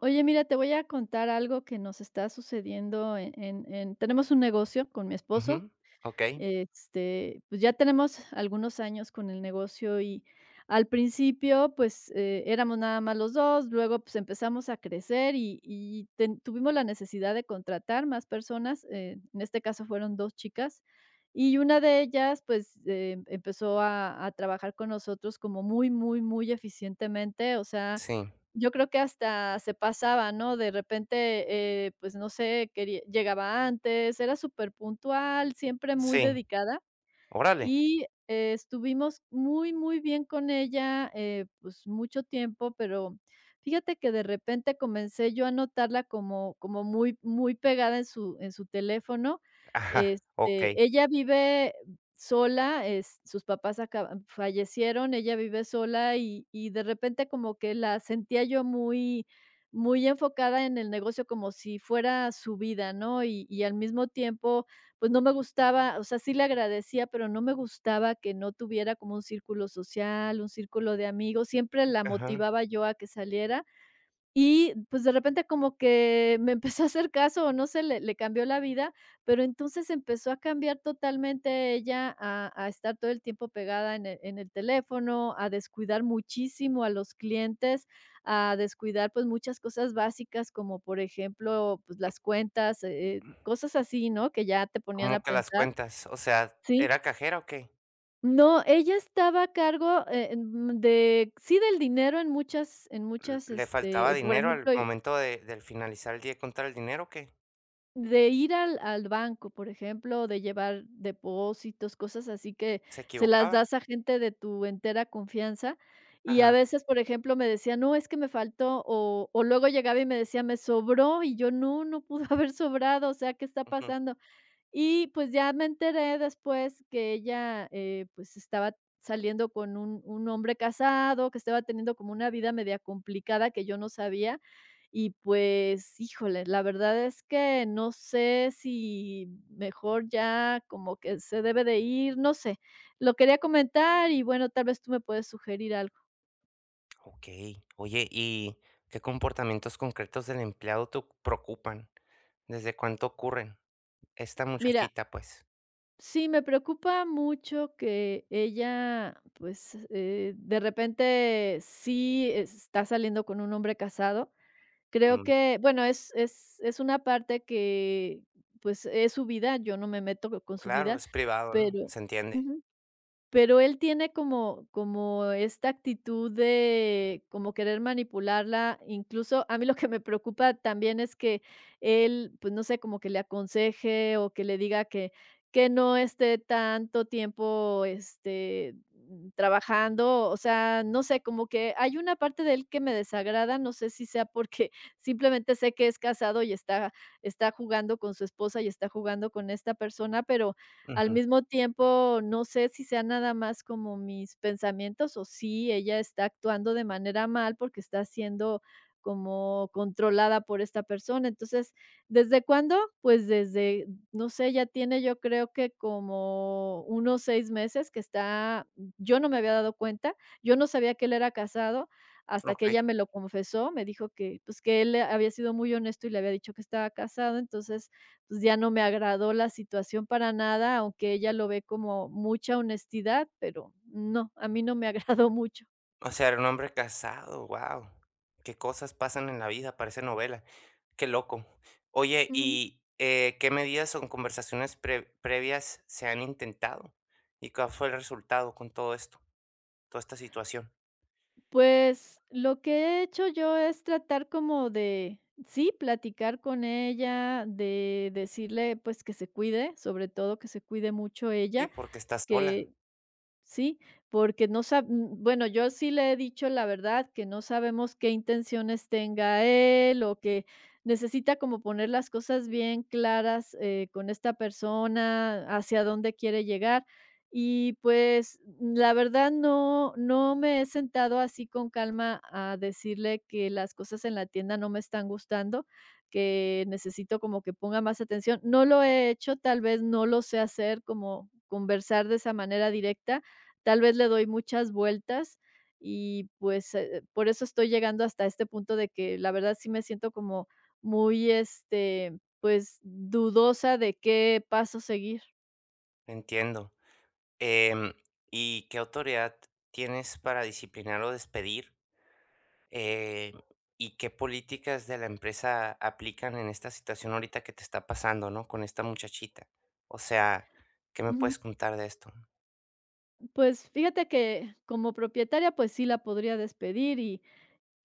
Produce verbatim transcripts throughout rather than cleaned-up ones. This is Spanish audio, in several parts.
Oye, mira, te voy a contar algo que nos está sucediendo en en en tenemos un negocio con mi esposo, Ujú, okey, este, pues, ya tenemos algunos años con el negocio y al principio, pues, eh, éramos nada más los dos. Luego, pues, empezamos a crecer y y ten tuvimos la necesidad de contratar más personas, eh, en este caso fueron dos chicas, y una de ellas, pues, eh, empezó a a trabajar con nosotros como muy, muy, muy eficientemente, o sea, sí, yo creo que hasta se pasaba, ¿no? De repente, eh, pues, no sé, quería llegaba antes, era súper puntual, siempre muy sí, dedicada. órale, Y, eh, estuvimos muy, muy bien con ella, eh, pues, mucho tiempo, pero fíjate que de repente comencé yo a notarla como como muy muy pegada en su en su teléfono. ajá, Este, okey, ella vive sola, es sus papás acaban fallecieron, ella vive sola y y de repente como que la sentía yo muy muy enfocada en el negocio, como si fuera su vida, ¿no? Y y al mismo tiempo pues no me gustaba, o sea, sí le agradecía, pero no me gustaba que no tuviera como un círculo social, un círculo de amigos. Siempre la ajá, motivaba yo a que saliera y, pues, de repente como que me empezó a hacer caso, o no sé, le le cambió la vida, pero entonces empezó a cambiar totalmente ella a a estar todo el tiempo pegada en el en el teléfono, a descuidar muchísimo a los clientes, a descuidar, pues, muchas cosas básicas, como por ejemplo, pues, las cuentas, eh eh, cosas así, ¿no?, que ya te ponían a ¿cómo que las pensar. cuentas? O sea, Sí. ¿era cajera o qué? No, ella estaba a cargo, eh, mm, de sí, del dinero en muchas en ¿L muchas, le faltaba este, por dinero al ejemplo momento de del finalizar el día y contar el dinero o qué? de ir al al banco, por ejemplo, de llevar depósitos, cosas así que ¿Se se las equivocaba? das a gente de tu entera confianza. Y a Ajá, veces, por ejemplo, me decía: "No, es que me faltó", o o luego llegaba y me decía: "Me sobró", y yo: "No, no pudo haber sobrado, o sea, ¿qué está ujú, pasando?". Y, pues, ya me enteré después que ella, eh, pues, estaba saliendo con un un hombre casado, que estaba teniendo como una vida media complicada que yo no sabía. Y, pues, híjole, la verdad es que no sé si mejor ya como que se debe de ir, no sé. Lo quería comentar y, bueno, tal vez tú me puedes sugerir algo. okey. Oye, ¿y qué comportamientos concretos del empleado te preocupan? ¿Desde cuánto ocurren? Esta Mira, muchachita, pues. sí, me preocupa mucho que ella, pues, eh, de repente sí está saliendo con un hombre casado. Creo Mm, que, bueno, es es es una parte que, pues, es su vida, yo no me meto co- con su claro, vida, es privado, ¿no? pero Se entiende. ujú. Pero él tiene como como esta actitud de como querer manipularla, incluso a mí lo que me preocupa también es que él, pues, no sé, como que le aconseje o que le diga que que no esté tanto tiempo, este, mm, trabajando, o sea, no sé, como que hay una parte de él que me desagrada, no sé si sea porque simplemente sé que es casado y está está jugando con su esposa y está jugando con esta persona, pero al Ujú, mismo tiempo, no sé si sea nada más como mis pensamientos o si ella está actuando de manera mal porque está siendo como controlada por esta persona. Entonces, ¿desde cuándo? Pues desde, no sé, ya tiene yo creo que como unos seis meses que está, yo no me había dado cuenta, yo no sabía que él era casado hasta que okey. ella me lo confesó, me dijo que, pues, que él había sido muy honesto y le había dicho que estaba casado, entonces pues ya no me agradó la situación para nada, aunque ella lo ve como mucha honestidad, pero no, a mí no me agradó mucho. O sea, era un hombre casado, wow. Qué cosas pasan en la vida, parece novela. Qué loco. Oye, Ujú. ¿y, eh, qué medidas o conversaciones pre previas se han intentado? ¿Y cuál fue el resultado con todo esto, toda esta situación? Pues lo que he hecho yo es tratar como de, sí, platicar con ella, de decirle pues que se cuide, sobre todo que se cuide mucho Sí, ella, porque estás sola, que sí, porque no sab mm, bueno, yo sí le he dicho la verdad, que no sabemos qué intenciones tenga él, o que necesita como poner las cosas bien claras, eh, con esta persona, hacia dónde quiere llegar. Y, pues, la verdad no no me he sentado así con calma a decirle que las cosas en la tienda no me están gustando, que necesito como que ponga más atención. No lo he hecho, tal vez no lo sé hacer, como conversar de esa manera directa, tal vez le doy muchas vueltas y, pues, eh, por eso estoy llegando hasta este punto de que la verdad sí me siento como muy, este, pues, dudosa de qué paso seguir. entiendo. Em, ¿Y qué autoridad tienes para disciplinar o despedir? Eh, ¿Y qué políticas de la empresa aplican en esta situación ahorita que te está pasando, no? Con esta muchachita. O sea, ¿qué me Ujú. puedes contar de esto? Pues, fíjate que como propietaria, pues sí la podría despedir y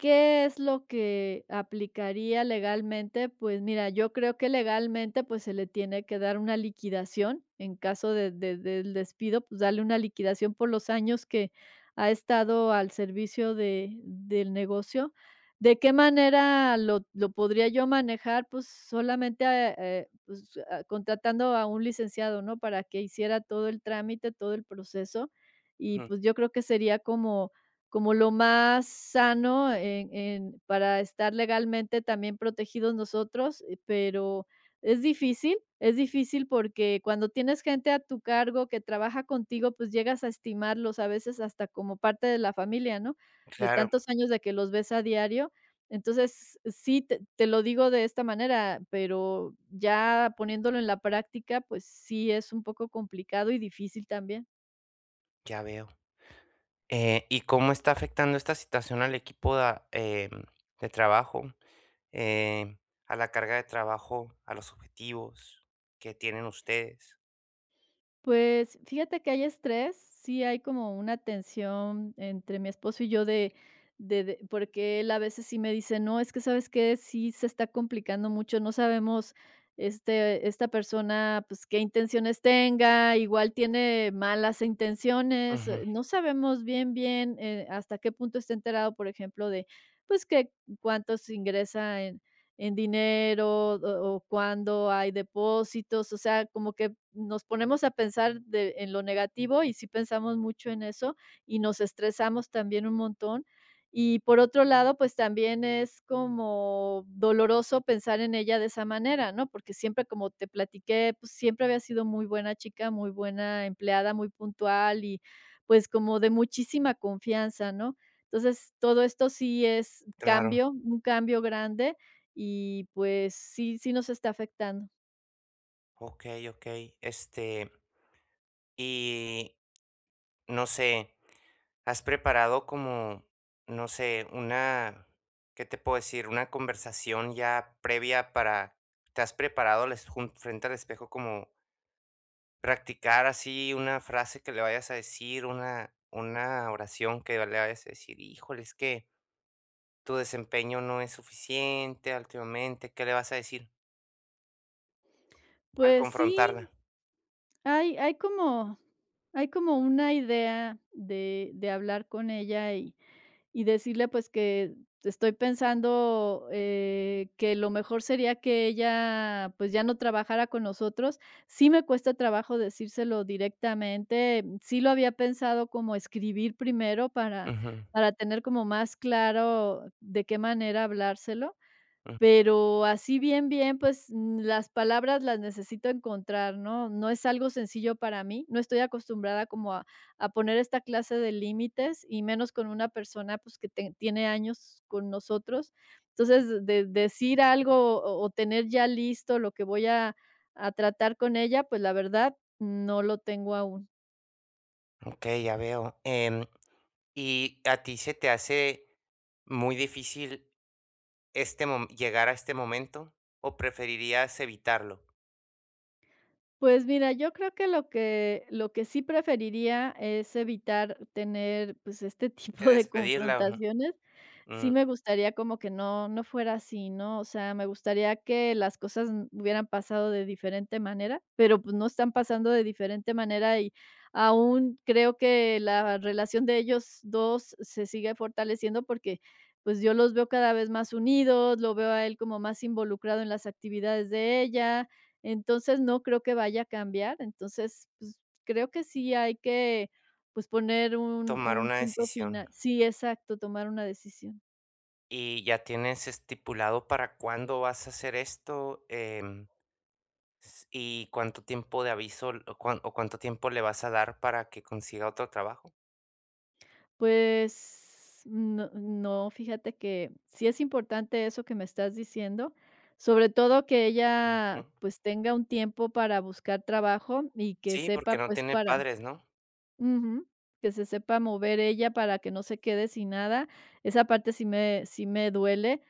¿qué es lo que aplicaría legalmente? Pues mira, yo creo que legalmente, pues, se le tiene que dar una liquidación en caso de de del despido, pues, darle una liquidación por los años que ha estado al servicio de del negocio. ¿De qué manera lo lo podría yo manejar? Pues, solamente, eh, eh, pues, ah, contratando a un licenciado, ¿no? Para que hiciera todo el trámite, todo el proceso, y, Ujú, pues, yo creo que sería como como lo más sano en en para estar legalmente también protegidos nosotros, eh, pero es difícil, es difícil porque cuando tienes gente a tu cargo que trabaja contigo, pues llegas a estimarlos a veces hasta como parte de la familia, ¿no? De claro, tantos años de que los ves a diario. Entonces, sí, te te lo digo de esta manera, pero ya poniéndolo en la práctica, pues sí es un poco complicado y difícil también. ya veo. Eh, ¿y cómo está afectando esta situación al equipo da- em, de trabajo, em, a la carga de trabajo, a los objetivos que tienen ustedes? Pues, fíjate que hay estrés, sí hay como una tensión entre mi esposo y yo de de de porque él a veces sí me dice: "No, es que, ¿sabes que sí se está complicando mucho, no sabemos, este esta persona, pues, qué intenciones tenga, igual tiene malas intenciones, Ujú, eh, no sabemos bien, bien, eh, hasta qué punto está enterado", por ejemplo, de, pues, que cuántos ingresa en en dinero o, o cuándo hay depósitos, o sea, como que nos ponemos a pensar de- en lo negativo y sí pensamos mucho en eso y nos estresamos también un montón. Y por otro lado, pues también es como doloroso pensar en ella de esa manera, ¿no? Porque siempre, como te platiqué, pues siempre había sido muy buena chica, muy buena empleada, muy puntual y pues como de muchísima confianza, ¿no? Entonces, todo esto sí es claro, cambio, un cambio grande y pues sí, sí nos está afectando. ok, ok. Este, y no sé. ¿Has preparado como, no sé, una, qué te puedo decir? Una conversación ya previa para, ¿te has preparado al es- jun- frente al espejo como practicar así una frase que le vayas a decir, una, una oración que le vayas a decir? Híjole, es que tu desempeño no es suficiente últimamente, ¿qué le vas a decir al Pues sí, confrontarla? hay hay como hay como una idea de de hablar con ella y y decirle, pues, que estoy pensando, eh, que lo mejor sería que ella, pues, ya no trabajara con nosotros. Sí me cuesta trabajo decírselo directamente, sí lo había pensado como escribir primero para Ujú, para tener como más claro de qué manera hablárselo, ujú. pero así bien, bien, pues, mm, las palabras las necesito encontrar, ¿no? No es algo sencillo para mí, no estoy acostumbrada como a a poner esta clase de límites, y menos con una persona, pues, que te tiene años con nosotros. Entonces, de decir algo o o tener ya listo lo que voy a a tratar con ella, pues, la verdad, no lo tengo aún. Ok, ya veo. Em, ¿y a ti se te hace muy difícil este mom llegar a este momento, o preferirías evitarlo? Pues mira, yo creo que lo que lo que sí preferiría es evitar tener, pues, este Te tipo de despedirla, ujú, confrontaciones. Sí mm, me gustaría como que no no fuera así, ¿no? O sea, me gustaría que las cosas n- hubieran pasado de diferente manera, pero, pues, no están pasando de diferente manera y aún creo que la relación de ellos dos se sigue fortaleciendo porque, pues, yo los veo cada vez más unidos, lo veo a él como más involucrado en las actividades de ella. Entonces, no creo que vaya a cambiar. Entonces, pues, creo que sí hay que, pues, poner un tomar un una punto decisión. final. Sí, exacto, tomar una decisión. ¿Y ya tienes estipulado para cuándo vas a hacer esto? Em, s ¿y cuánto tiempo de aviso l- o cuán o cuánto tiempo le vas a dar para que consiga otro trabajo? Pues, no no, fíjate que sí es importante eso que me estás diciendo, sobre todo que Ujú. ella, pues, tenga un tiempo para buscar trabajo y que Sí, porque sepa, no pues, tiene para padres, ¿no? ujú, que se sepa mover ella para que no se quede sin nada. Esa parte sí me sí me duele,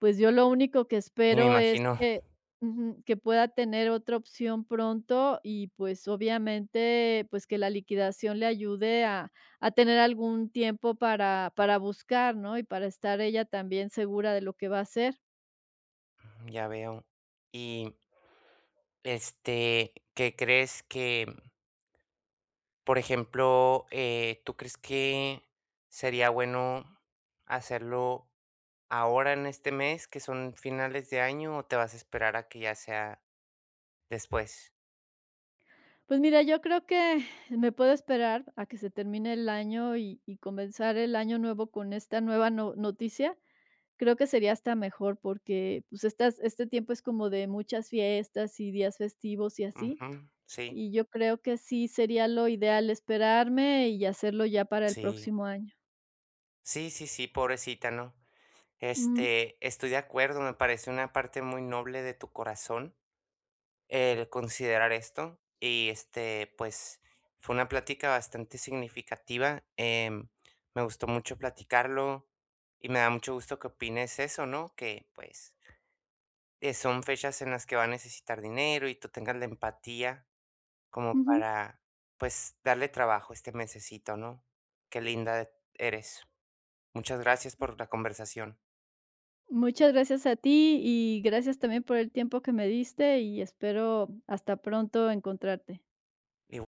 pues yo lo único que Y me espero es imagino, que ujú, que pueda tener otra opción pronto y, pues, obviamente, pues, que la liquidación le ayude a a tener algún tiempo para para buscar, ¿no? Y para estar ella también segura de lo que va a hacer. ya veo. Y, este, ¿qué crees que? Por ejemplo, eh, ¿tú crees que sería bueno hacerlo ahora en este mes, que son finales de año, o te vas a esperar a que ya sea después? Pues mira, yo creo que me puedo esperar a que se termine el año y y comenzar el año nuevo con esta nueva no noticia. Creo que sería hasta mejor porque, pues, estas este tiempo es como de muchas fiestas y días festivos y así. Ujú, sí, Y yo creo que sí sería lo ideal esperarme y hacerlo ya para el sí. próximo año. Sí, sí, sí, pobrecita, ¿no? Ujú, Este, estoy de acuerdo, me parece una parte muy noble de tu corazón el considerar esto. Y este, pues fue una plática bastante significativa. Em, me gustó mucho platicarlo y me da mucho gusto que opines eso, ¿no? Que pues eh, son fechas en las que va a necesitar dinero y tú tengas la empatía como ujú. para pues darle trabajo este mesecito, ¿no? Qué linda eres. Muchas gracias por la conversación. Muchas gracias a ti y gracias también por el tiempo que me diste y espero hasta pronto encontrarte. Y